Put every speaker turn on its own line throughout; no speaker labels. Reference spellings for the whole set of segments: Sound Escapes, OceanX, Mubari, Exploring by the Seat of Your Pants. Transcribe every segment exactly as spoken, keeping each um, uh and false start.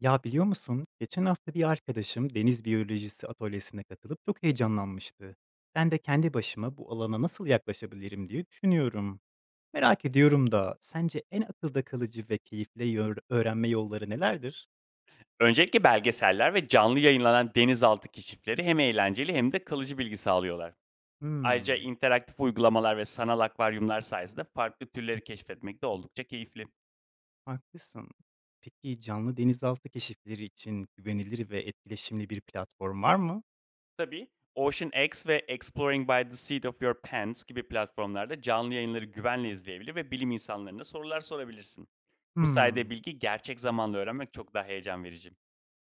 Ya biliyor musun, geçen hafta bir arkadaşım deniz biyolojisi atölyesine katılıp çok heyecanlanmıştı. Ben de kendi başıma bu alana nasıl yaklaşabilirim diye düşünüyorum. Merak ediyorum da sence en akılda kalıcı ve keyifli yör- öğrenme yolları nelerdir?
Öncelikle belgeseller ve canlı yayınlanan denizaltı keşifleri hem eğlenceli hem de kalıcı bilgi sağlıyorlar. Ayrıca
Hmm,
interaktif uygulamalar ve sanal akvaryumlar sayesinde farklı türleri keşfetmek de oldukça keyifli.
haklısın. Peki canlı denizaltı keşifleri için güvenilir ve etkileşimli bir platform var mı?
Tabii OceanX ve Exploring by the Seat of Your Pants gibi platformlarda canlı yayınları güvenle izleyebilir ve bilim insanlarına sorular sorabilirsin. Bu sayede
Hmm,
bilgi gerçek zamanlı öğrenmek çok daha heyecan verici.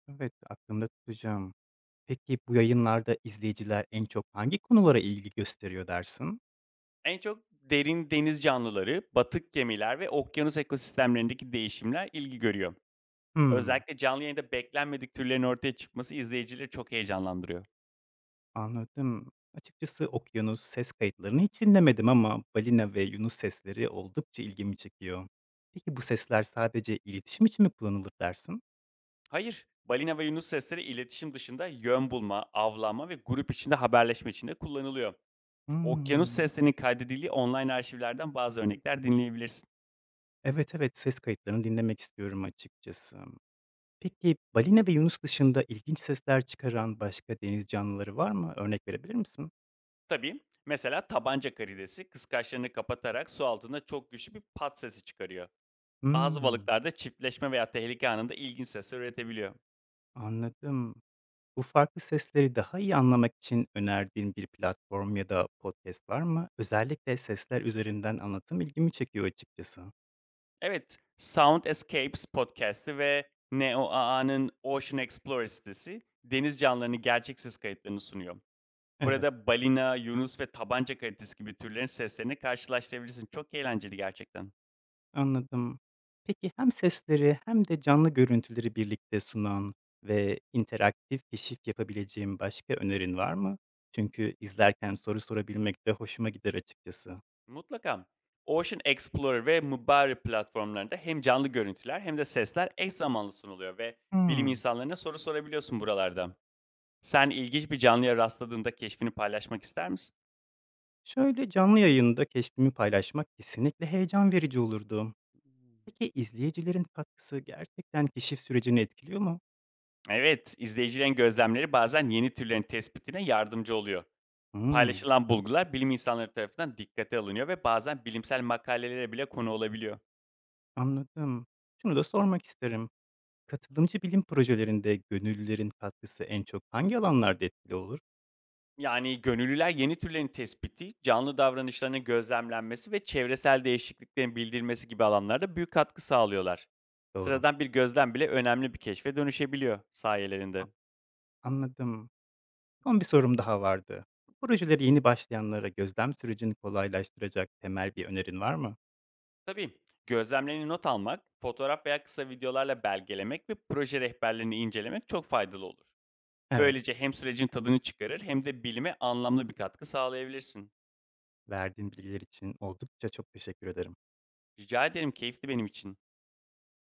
evet aklımda tutacağım. Peki bu yayınlarda izleyiciler en çok hangi konulara ilgi gösteriyor dersin?
En çok derin deniz canlıları, batık gemiler ve okyanus ekosistemlerindeki değişimler ilgi görüyor.
Hmm.
Özellikle canlı yayında beklenmedik türlerin ortaya çıkması izleyicileri çok heyecanlandırıyor.
Anladım. Açıkçası okyanus ses kayıtlarını hiç dinlemedim ama balina ve yunus sesleri oldukça ilgimi çekiyor. Peki bu sesler sadece iletişim için mi kullanılır dersin?
Hayır, balina ve yunus sesleri iletişim dışında yön bulma, avlanma ve grup içinde haberleşme için de kullanılıyor. Okyanus
Hmm.
seslerinin kaydedildiği online arşivlerden bazı örnekler dinleyebilirsin.
Evet, evet, ses kayıtlarını dinlemek istiyorum açıkçası. Peki balina ve yunus dışında ilginç sesler çıkaran başka deniz canlıları var mı? Örnek verebilir misin?
Tabii mesela tabanca karidesi kıskaçlarını kapatarak su altında çok güçlü bir pat sesi çıkarıyor. Bazı
Hmm.
balıklar da çiftleşme veya tehlike anında ilginç sesler üretebiliyor.
Anladım. Bu farklı sesleri daha iyi anlamak için önerdiğin bir platform ya da podcast var mı? Özellikle sesler üzerinden anlatım ilgimi çekiyor açıkçası.
Evet, Sound Escapes podcast'i ve NeoAA'nın Ocean Explorer sitesi deniz canlılarının gerçeksiz kayıtlarını sunuyor.
Evet,
Burada balina, yunus ve tabanca kalitesi gibi türlerin seslerini karşılaştırabilirsin. Çok eğlenceli gerçekten.
anladım. Peki hem sesleri hem de canlı görüntüleri birlikte sunan ve interaktif keşif yapabileceğim başka önerin var mı? Çünkü izlerken soru sorabilmek de hoşuma gider açıkçası.
Mutlaka. Ocean Explorer ve Mubari platformlarında hem canlı görüntüler hem de sesler eş zamanlı sunuluyor ve bilim
Hmm.
insanlarına soru sorabiliyorsun buralarda. Sen ilginç bir canlıya rastladığında keşfini paylaşmak ister misin?
Şöyle, canlı yayında keşfimi paylaşmak kesinlikle heyecan verici olurdu. Peki, izleyicilerin katkısı gerçekten keşif sürecini etkiliyor mu?
Evet, izleyicilerin gözlemleri bazen yeni türlerin tespitine yardımcı oluyor.
Hımm,
Paylaşılan bulgular bilim insanları tarafından dikkate alınıyor ve bazen bilimsel makalelere bile konu olabiliyor.
anladım. Şunu da sormak isterim. Katılımcı bilim projelerinde gönüllülerin katkısı en çok hangi alanlarda etkili olur?
Yani gönüllüler yeni türlerin tespiti, canlı davranışlarının gözlemlenmesi ve çevresel değişikliklerin bildirilmesi gibi alanlarda büyük katkı sağlıyorlar.
Doğru,
Sıradan bir gözlem bile önemli bir keşfe dönüşebiliyor sayelerinde.
anladım. Son bir sorum daha vardı. Bu projelere yeni başlayanlara gözlem sürecini kolaylaştıracak temel bir önerin var mı?
Tabii gözlemlerini not almak, fotoğraf veya kısa videolarla belgelemek ve proje rehberlerini incelemek çok faydalı olur.
Evet,
Böylece hem sürecin tadını çıkarır hem de bilime anlamlı bir katkı sağlayabilirsin.
verdiğin bilgiler için oldukça çok teşekkür ederim.
Rica ederim, keyifli benim için.